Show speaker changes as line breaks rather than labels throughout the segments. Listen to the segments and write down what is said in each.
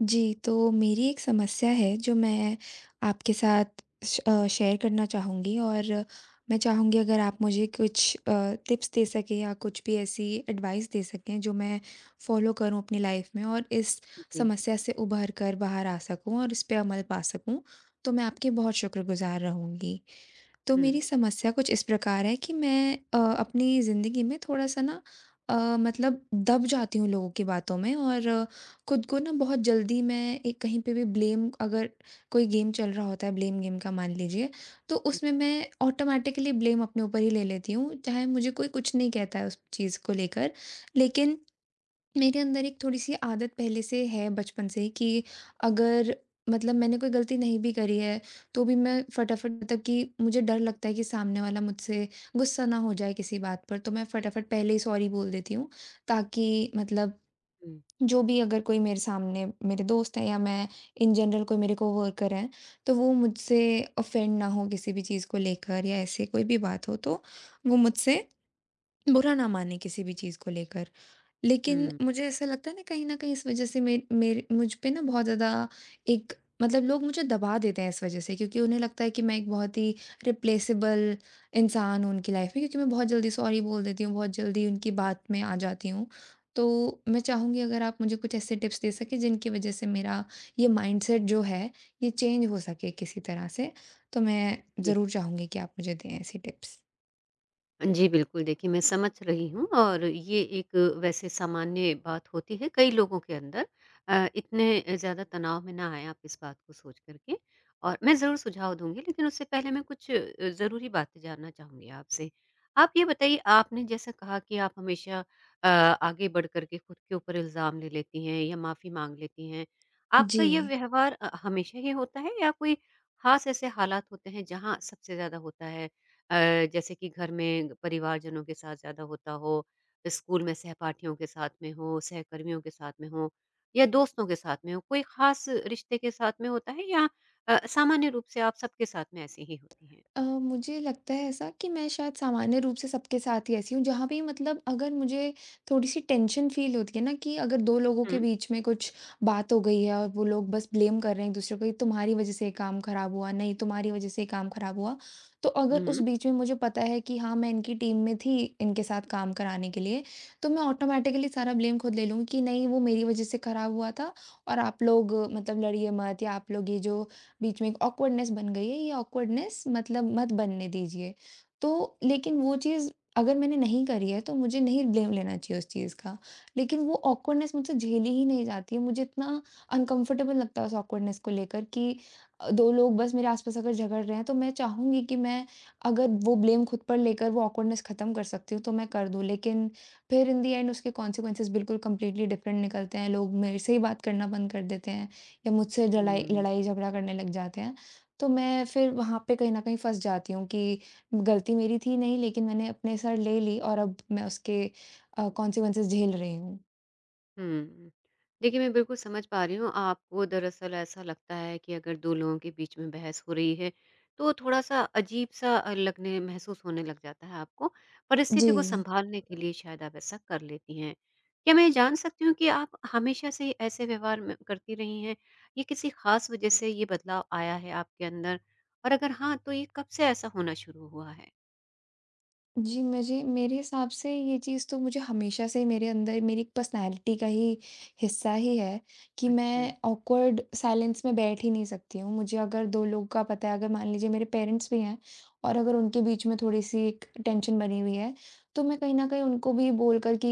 जी, तो मेरी एक समस्या है जो मैं आपके साथ शेयर करना चाहूँगी और मैं चाहूँगी अगर आप मुझे कुछ टिप्स दे सकें या कुछ भी ऐसी एडवाइस दे सकें जो मैं फ़ॉलो करूँ अपनी लाइफ़ में और इस
जी,
समस्या से उभर कर बाहर आ सकूँ और इस पे अमल पा सकूँ, तो मैं आपकी बहुत शुक्रगुज़ार रहूँगी। तो
हुँ।
मेरी समस्या कुछ इस प्रकार है कि मैं अपनी ज़िंदगी में थोड़ा-सा ना मतलब दब जाती हूँ लोगों की बातों में और खुद को ना बहुत जल्दी मैं एक कहीं पे भी ब्लेम अगर कोई गेम चल रहा होता है, ब्लेम गेम का मान लीजिए, तो उसमें मैं ऑटोमैटिकली ब्लेम अपने ऊपर ही ले लेती हूँ, चाहे मुझे कोई कुछ नहीं कहता है उस चीज़ को लेकर। लेकिन मेरे अंदर एक थोड़ी-सी आदत पहले से है बचपन से ही कि अगर मतलब मैंने कोई गलती नहीं भी करी है, तो भी मैं फटाफट मतलब कि मुझे डर लगता है कि सामने वाला मुझसे गुस्सा ना हो जाए किसी बात पर, तो मैं फटाफट पहले ही सॉरी बोल देती हूँ। ताकि मतलब
हुँ,
जो भी अगर कोई मेरे सामने मेरे दोस्त हैं या मैं इन जनरल कोई मेरे कोवर्कर हैं, तो वो मुझसे ऑफेंड ना हो किसी भी चीज़ को लेकर या ऐसे कोई भी बात हो तो वो मुझसे बुरा ना माने किसी भी चीज़ को लेकर। लेकिन
हुँ,
मुझे ऐसा लगता है ना कहीं न कहीं इस वज़ह से मे मेरे मुझ पे ना बहुत ज़्यादा एक मतलब लोग मुझे दबा देते हैं इस वज़ह से क्योंकि उन्हें लगता है कि मैं एक बहुत ही रिप्लेसेबल इंसान हूँ उनकी लाइफ़ में क्योंकि मैं बहुत जल्दी सॉरी बोल देती हूँ, बहुत जल्दी उनकी बात में आ जाती हूँ। तो मैं चाहूँगी अगर आप मुझे कुछ ऐसे टिप्स दे सकें जिनकी वज़ह से मेरा ये माइंडसेट जो है ये चेंज हो सके किसी तरह से, तो मैं
जी।
ज़रूर चाहूँगी कि आप मुझे दें ऐसी टिप्स।
जी, बिल्कुल, देखिए मैं समझ रही हूँ और ये एक वैसे सामान्य बात होती है कई लोगों के अंदर। इतने ज़्यादा तनाव में ना आएँ आप इस बात को सोच कर के और मैं ज़रूर सुझाव दूँगी, लेकिन उससे पहले मैं कुछ ज़रूरी बातें जानना चाहूँगी आपसे। आप ये बताइए, आपने जैसा कहा कि आप हमेशा आगे बढ़ कर के खुद के ऊपर इल्ज़ाम ले लेती हैं या माफ़ी माँग लेती हैं। आपका
जी।
ये व्यवहार हमेशा ही होता है या कोई ख़ास ऐसे हालात होते हैं जहाँ सबसे ज़्यादा होता है? जैसे कि घर में परिवारजनों के साथ ज़्यादा होता हो, स्कूल में सहपाठियों के साथ में हो, सहकर्मियों के साथ में हो या दोस्तों के साथ में हो, कोई खास रिश्ते के साथ में होता है या सामान्य रूप से आप सबके साथ में ऐसी ही होती हैं?
मुझे लगता है ऐसा कि मैं शायद सामान्य रूप से सबके साथ ही ऐसी हूँ, जहाँ भी मतलब अगर मुझे थोड़ी-सी टेंशन फ़ील होती है ना कि अगर 2 लोगों के
हुँ।
बीच में कुछ बात हो गई है और वो लोग बस ब्लेम कर रहे हैं एक-दूसरे को, "ये तुम्हारी वज़ह से ये काम खराब हुआ, नहीं तुम्हारी वज़ह से ये काम खराब हुआ।" तो अगर उस
हुँ,
बीच में मुझे पता है कि हाँ, मैं इनकी टीम में थी इनके साथ काम कराने के लिए, तो मैं ऑटोमैटिकली सारा ब्लेम खुद ले लूँगी कि नहीं वो मेरी वज़ह से खराब हुआ था और आप लोग मतलब लड़िए मत या आप लोग ये जो बीच में एक ऑकवर्डनेस बन गई है, ये ऑकवर्डनेस मतलब मत बनने दीजिए। तो लेकिन वो चीज़ अगर मैंने नहीं करी है, तो मुझे नहीं ब्लेम लेना चाहिए उस चीज़ का। लेकिन वो ऑकवर्डनेस मुझसे झेली ही नहीं जाती है, मुझे इतना अनकम्फ़र्टेबल लगता है उस ऑकवर्डनेस को लेकर कि 2 लोग बस मेरे आस-पास अगर झगड़ रहे हैं, तो मैं चाहूँगी कि मैं अगर वो ब्लेम खुद पर लेकर वो ऑकवर्डनेस ख़त्म कर सकती हूँ, तो मैं कर दूँ। लेकिन फिर इन द एंड उसके कॉन्सिक्वेंसेस बिल्कुल कंप्लीटली डिफ़रेंट निकलते हैं, लोग मेरे से ही बात करना बंद कर देते हैं। या मुझसे लड़ाई
हुँ।
लड़ाई झगड़ा करने लग जाते हैं, तो मैं फिर वहाँ पे कहीं न कहीं फँस जाती हूँ कि गलती मेरी थी नहीं लेकिन मैंने अपने सर ले ली और अब मैं उसके कॉन्सिक्वेंसेस झेल रही हूँ।
हुँ। देखिए, मैं बिल्कुल समझ पा रही हूँ, आपको दरअसल ऐसा लगता है कि अगर 2 लोगों के बीच में बहस हो रही है, तो थोड़ा-सा अजीब-सा लगने महसूस होने लग जाता है आपको।
जी।
परिस्थिति को संभालने के लिए शायद आप ऐसा कर लेती हैं। क्या मैं ये जान सकती हूँ कि आप हमेशा से ही ऐसे व्यवहार में करती रही हैं? या किसी ख़ास वजह से ये बदलाव आया है आपके अंदर? और अगर हाँ, तो ये कब से ऐसा होना शुरू हुआ है?
जी, मुझे मेरे हिसाब से ये चीज़ तो मुझे हमेशा से मेरे अंदर मेरी एक पर्सनैलिटी का ही हिस्सा ही है कि
अच्छा।
मैं ऑकवर्ड साइलेंस में बैठ ही नहीं सकती हूँ। मुझे अगर 2 लोग का पता है, अगर मान लीजिए मेरे पेरेंट्स भी हैं और अगर उनके बीच में थोड़ी-सी एक टेंशन बनी हुई है, तो मैं कहीं न कहीं उनको भी बोलकर कि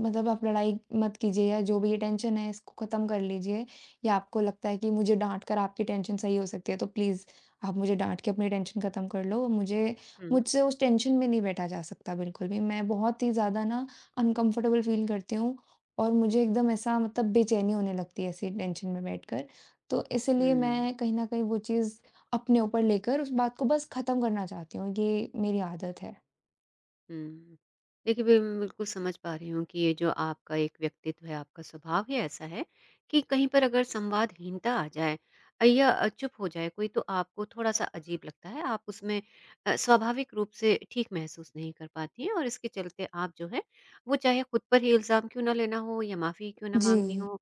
मतलब आप लड़ाई मत कीजिए या जो भी ये टेंशन है, इसको ख़त्म कर लीजिए या आपको लगता है कि मुझे डाँट कर आपकी टेंशन सही हो सकती है, तो प्लीज़ आप मुझे डाँट के अपनी टेंशन ख़त्म कर लो। मुझे
हुँ।
मुझसे उस टेंशन में नहीं बैठा जा सकता बिल्कुल भी। मैं बहुत ही ज़्यादा ना अनकम्फ़र्टेबल फ़ील करती हूँ और मुझे एकदम ऐसा मतलब बेचैनी होने लगती है ऐसी टेंशन में बैठकर। तो इसीलिए
हुँ।
मैं कहीं न कहीं वो चीज़ अपने ऊपर लेकर उस बात को बस ख़त्म करना चाहती हूँ, ये मेरी आदत है।
हुँ। देखिए, मैं बिल्कुल समझ पा रही हूँ कि ये जो आपका एक व्यक्तित्व है, आपका स्वभाव ही ऐसा है कि कहीं पर अगर संवादहीनता आ जाए या चुप हो जाए कोई, तो आपको थोड़ा-सा अजीब लगता है। आप उसमें स्वाभाविक रूप से ठीक महसूस नहीं कर पाती हैं और इसके चलते आप जो है, वो चाहे खुद पर ही इल्ज़ाम क्यों ना लेना हो या माफ़ी क्यों ना
जी।
माँगनी हो,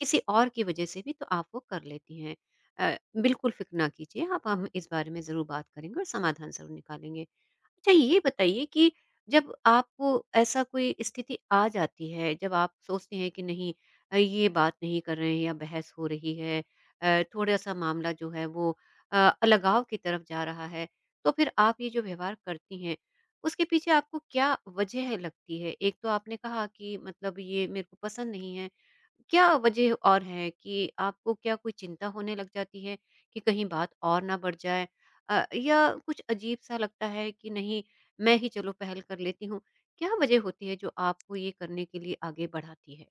किसी और की वजह से भी तो आप वो कर लेती हैं। अ, बिल्कुल फ़िक्र ना कीजिए आप, हम इस बारे में ज़रूर बात करेंगे और समाधान ज़रूर निकालेंगे। अच्छा ये बताइए कि जब आपको ऐसा कोई स्थिति आ जाती है जब आप सोचते हैं कि नहीं ये बात नहीं कर रहे हैं या बहस हो रही है थोड़ा सा मामला जो है वो अ, अलगाव की तरफ जा रहा है तो फिर आप ये जो व्यवहार करती हैं उसके पीछे आपको क्या वजह लगती है एक तो आपने कहा कि मतलब ये मेरे को पसंद नहीं है क्या वजह और है कि आपको क्या कोई चिंता होने लग जाती है कि कहीं बात और ना बढ़ जाए या कुछ अजीब सा लगता है कि नहीं मैं ही चलो पहल कर लेती हूँ क्या वजह होती है जो आपको ये करने के लिए आगे बढ़ाती है?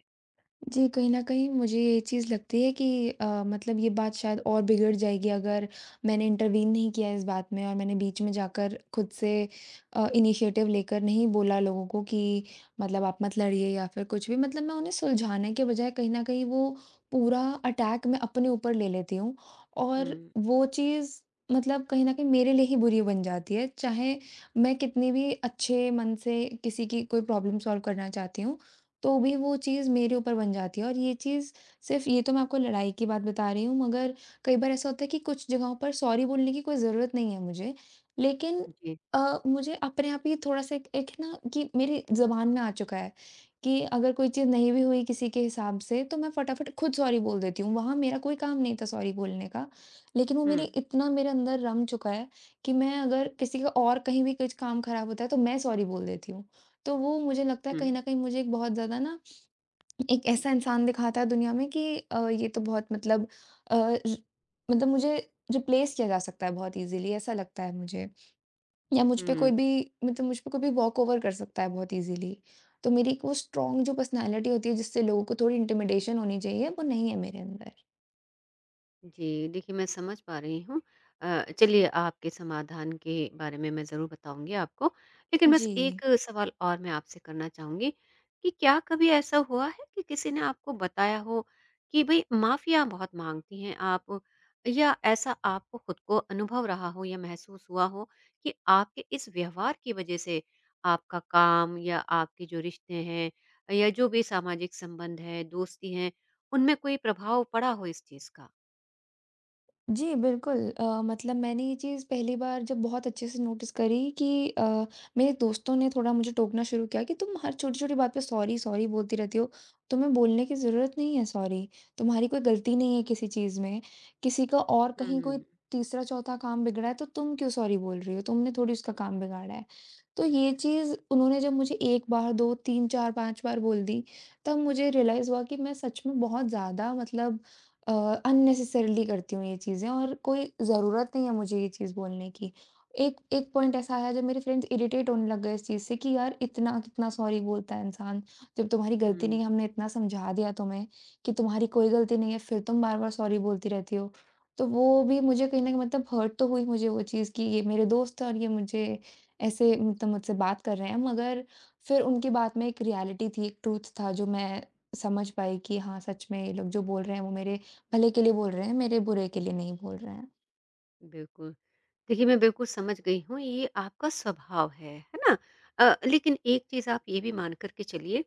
जी, कहीं न कहीं मुझे ये चीज़ लगती है कि मतलब ये बात शायद और बिगड़ जाएगी अगर मैंने इंटरवीन नहीं किया इस बात में और मैंने बीच में जाकर खुद से इनिशिएटिव लेकर नहीं बोला लोगों को कि मतलब आप मत लड़िए या फिर कुछ भी। मतलब मैं उन्हें सुलझाने के बजाय कहीं न कहीं वो पूरा अटैक मैं अपने ऊपर ले लेती हूँ और
हुँ,
वो चीज़ मतलब कहीं न कहीं मेरे लिए ही बुरी बन जाती है, चाहे मैं कितनी भी अच्छे मन से किसी की कोई प्रॉब्लम सॉल्व करना चाहती हूँ। तो भी वो चीज़ मेरे ऊपर बन जाती है और ये चीज़ सिर्फ़ ये तो मैं आपको लड़ाई की बात बता रही हूँ मगर कई बार ऐसा होता है कि कुछ जगहों पर सॉरी बोलने की कोई ज़रूरत नहीं है मुझे। लेकिन
जी।
मुझे अपने आप ही थोड़ा-सा एक एक ना कि मेरी ज़ुबान में आ चुका है कि अगर कोई चीज़ नहीं भी हुई किसी के हिसाब से तो मैं फटाफट खुद सॉरी बोल देती हूँ। वहाँ मेरा कोई काम नहीं था सॉरी बोलने का, लेकिन वो मेरे
हुँ,
इतना मेरे अंदर रम चुका है कि मैं अगर किसी का और कहीं भी कुछ काम ख़राब होता है तो मैं सॉरी बोल देती हूँ। तो वो मुझे लगता है
हुँ,
कहीं न कहीं मुझे एक बहुत ज़्यादा ना एक ऐसा इंसान दिखाता है दुनिया में कि ये तो बहुत मतलब अ, र मतलब मुझे रिप्लेस किया जा सकता है बहुत ईज़िली ऐसा लगता है मुझे। या
हुँ।
मुझ पे कोई भी वॉकओवर कर सकता है बहुत ईज़िली। तो मेरी एक वो स्ट्रॉन्ग जो पर्सनैलिटी होती है जिससे लोगों को थोड़ी इंटिमिडेशन होनी चाहिए, वो नहीं है मेरे अंदर।
जी, देखिए मैं समझ पा रही हूँ। चलिए आपके समाधान के बारे में मैं ज़रूर बताऊँगी आपको। लेकिन बस एक
जी।
सवाल और मैं आपसे करना चाहूँगी कि क्या कभी ऐसा हुआ है कि किसी ने आपको बताया हो कि भई माफ़ियाँ बहुत माँगती हैं आप या ऐसा आपको खुद को अनुभव रहा हो या महसूस हुआ हो कि आपके इस व्यवहार की वज़ह से आपका काम या आपके जो रिश्ते हैं या जो भी सामाजिक संबंध है, दोस्ती हैं, उनमें कोई प्रभाव पड़ा हो इस चीज़ का?
जी, बिल्कुल मतलब मैंने ये चीज़ पहली बार जब बहुत अच्छे से नोटिस करी कि मेरे दोस्तों ने थोड़ा मुझे टोकना शुरू किया कि तुम हर छोटी-छोटी बात पे सॉरी, सॉरी बोलती रहती हो। तुम्हें बोलने की ज़रूरत नहीं है सॉरी। तुम्हारी कोई गलती नहीं है किसी चीज़ में। किसी का और कहीं कोई
हुँ,
तीसरा चौथा काम बिगड़ा है तो तुम क्यों सॉरी बोल रही हो? तुमने थोड़ी उसका काम बिगाड़ा है। तो ये चीज़ उन्होंने जब मुझे 1 बार, 2, 3, 4, 5 बार बोल दी, तब मुझे रियलाइज़ हुआ कि मैं सच में बहुत ज़्यादा मतलब अ, अननेसेसरीली करती हूँ ये चीज़ें और कोई ज़रूरत नहीं है मुझे ये चीज़ बोलने की। एक एक पॉइंट ऐसा आया जब मेरे फ्रेंड्स इरिटेट होने लग गए इस चीज़ से कि यार इतना कितना सॉरी बोलता है इंसान, जब तुम्हारी गलती
हुँ।
नहीं है हमने इतना समझा दिया तुम्हें कि तुम्हारी कोई गलती नहीं है, फिर तुम बार-बार सॉरी बोलती रहती हो। तो वो भी मुझे कहीं न कहीं मतलब हर्ट तो हुई मुझे वो चीज़ कि ये मेरे दोस्त हैं और ये मुझे ऐसे मतलब मुझसे बात कर रहे हैं, मगर फिर उनकी बात में एक रियलिटी थी, एक ट्रुथ था जो मैं समझ पाई कि हाँ, सच में ये लोग जो बोल रहे हैं वो मेरे भले के लिए बोल रहे हैं, मेरे बुरे के लिए
जी,
नहीं बोल रहे हैं।
बिल्कुल। देखिए, मैं बिल्कुल समझ गई हूँ, ये आपका स्वभाव है ना? लेकिन एक चीज़ आप ये भी मान कर के चलिए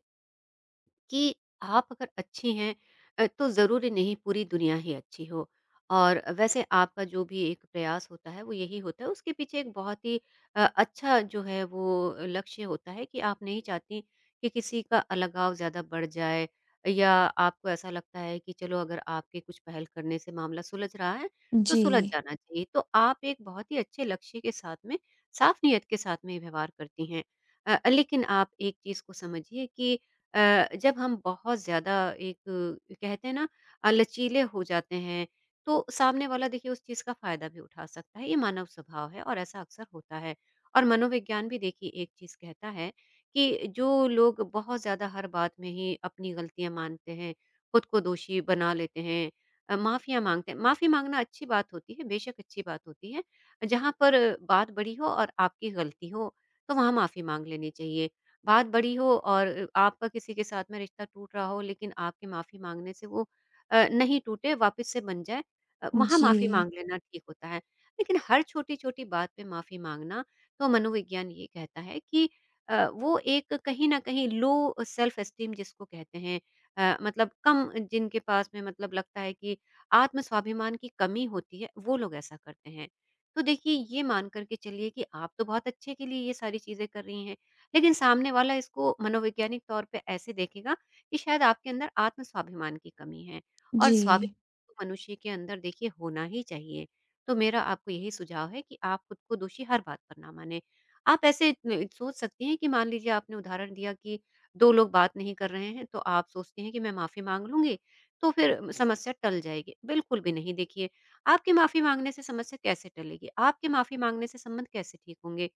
कि आप अगर अच्छी हैं तो ज़रूरी नहीं पूरी दुनिया ही अच्छी हो। और वैसे आपका जो भी एक प्रयास होता है वो यही होता है, उसके पीछे एक बहुत ही अच्छा जो है वो लक्ष्य होता है कि आप नहीं चाहती कि किसी का अलगाव ज़्यादा बढ़ जाए या आपको ऐसा लगता है कि चलो अगर आपके कुछ पहल करने से मामला सुलझ रहा है, तो
जी।
सुलझ जाना चाहिए। तो आप एक बहुत ही अच्छे लक्ष्य के साथ में, साफ नीयत के साथ में ये व्यवहार करती हैं। लेकिन आप एक चीज़ को समझिए कि जब हम बहुत ज़्यादा एक कहते हैं ना लचीले हो जाते हैं तो सामने वाला देखिए उस चीज़ का फ़ायदा भी उठा सकता है। ये मानव स्वभाव है और ऐसा अक्सर होता है। और मनोविज्ञान भी देखिए एक चीज़ कहता है कि जो लोग बहुत ज़्यादा हर बात में ही अपनी गलतियाँ मानते हैं, खुद को दोषी बना लेते हैं, माफ़ियाँ माँगते हैं। माफ़ी माँगना अच्छी बात होती है, बेशक अच्छी बात होती है। जहाँ पर बात बड़ी हो और आपकी गलती हो, तो वहाँ माफ़ी माँग लेनी चाहिए। बात बड़ी हो और आपका किसी के साथ में रिश्ता टूट रहा हो लेकिन आपके माफ़ी माँगने से वो नहीं टूटे, वापस से बन जाए वहाँ माफ़ी
जी।
माँग लेना ठीक होता है। लेकिन हर छोटी-छोटी बात पे माफ़ी माँगना तो मनोविज्ञान ये कहता है कि वो एक कहीं न कहीं लो सेल्फ एस्टीम जिसको कहते हैं मतलब कम जिनके पास में मतलब लगता है कि आत्म-स्वाभिमान की कमी होती है, वो लोग ऐसा करते हैं। तो देखिए ये मान कर के चलिए कि आप तो बहुत अच्छे के लिए ये सारी चीज़ें कर रही हैं, लेकिन सामने वाला इसको मनोवैज्ञानिक तौर पे ऐसे देखेगा कि शायद आपके अंदर आत्म-स्वाभिमान की कमी है और
जी।
स्वाभिमान तो मनुष्य के अंदर देखिए होना ही चाहिए। तो मेरा आपको यही सुझाव है कि आप खुद को दोषी हर बात पर ना मानें। आप ऐसे न सोच सकती हैं कि मान लीजिए आपने उदाहरण दिया कि 2 लोग बात नहीं कर रहे हैं, तो आप सोचती हैं कि मैं माफ़ी माँग लूँगी, तो फिर समस्या टल जाएगी। बिल्कुल भी नहीं देखिए, आपके माफ़ी माँगने से समस्या कैसे टलेगी? आपके माफ़ी माँगने से संबंध कैसे ठीक होंगे?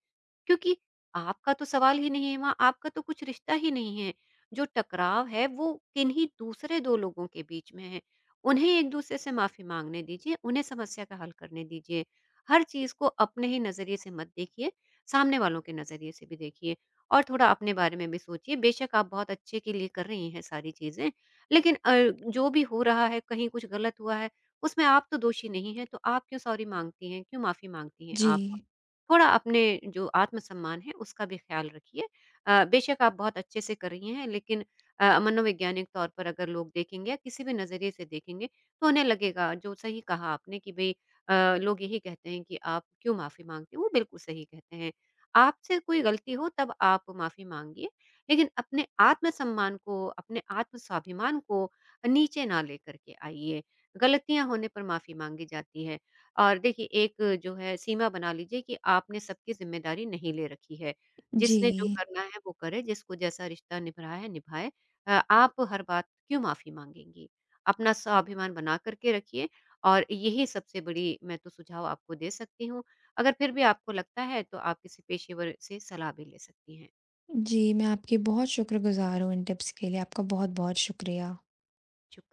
क्योंकि आपका तो सवाल ही नहीं है वहाँ, आपका तो कुछ रिश्ता ही नहीं है। जो टकराव है वो किन्हीं दूसरे 2 लोगों के बीच में है। उन्हें एक-दूसरे से माफ़ी माँगने दीजिए, उन्हें समस्या का हल करने दीजिए। हर चीज़ को अपने ही नज़रिए से मत देखिए, सामने वालों के नज़रिए से भी देखिए और थोड़ा अपने बारे में भी सोचिए। बेशक आप बहुत अच्छे के लिए कर रही हैं सारी चीज़ें, लेकिन जो भी हो रहा है, कहीं कुछ गलत हुआ है, उसमें आप तो दोषी नहीं हैं, तो आप क्यों सॉरी माँगती हैं, क्यों माफ़ी माँगती हैं आप?
जी।
थोड़ा अपने जो आत्मसम्मान है उसका भी ख़्याल रखिए। बेशक आप बहुत अच्छे से कर रही हैं लेकिन मनोवैज्ञानिक तौर पर अगर लोग देखेंगे या किसी भी नज़रिए से देखेंगे तो उन्हें लगेगा जो सही कहा आपने कि भई अ, लोग यही कहते हैं कि आप क्यों माफ़ी माँगते हो? वो बिल्कुल सही कहते हैं। आपसे कोई गलती हो तब आप माफ़ी माँगिए लेकिन अपने आत्मसम्मान को, अपने आत्म स्वाभिमान को नीचे ना लेकर के आइए। गलतियाँ होने पर माफ़ी माँगी जाती है। और देखिए एक जो है सीमा बना लीजिए कि आपने सबकी ज़िम्मेदारी नहीं ले रखी है।
जी।
जिसने जो करना है वो करे, जिसको जैसा रिश्ता निभ रहा है निभाए। आप हर बात क्यों माफ़ी माँगेंगी? अपना स्वाभिमान बना कर के रखिए और यही सबसे बड़ी मैं तो सुझाव आपको दे सकती हूँ। अगर फिर भी आपको लगता है तो आप किसी पेशेवर से सलाह भी ले सकती हैं।
जी, मैं आपकी बहुत शुक्रगुज़ार हूँ इन टिप्स के लिए। आपका बहुत-बहुत शुक्रिया।
शुक्र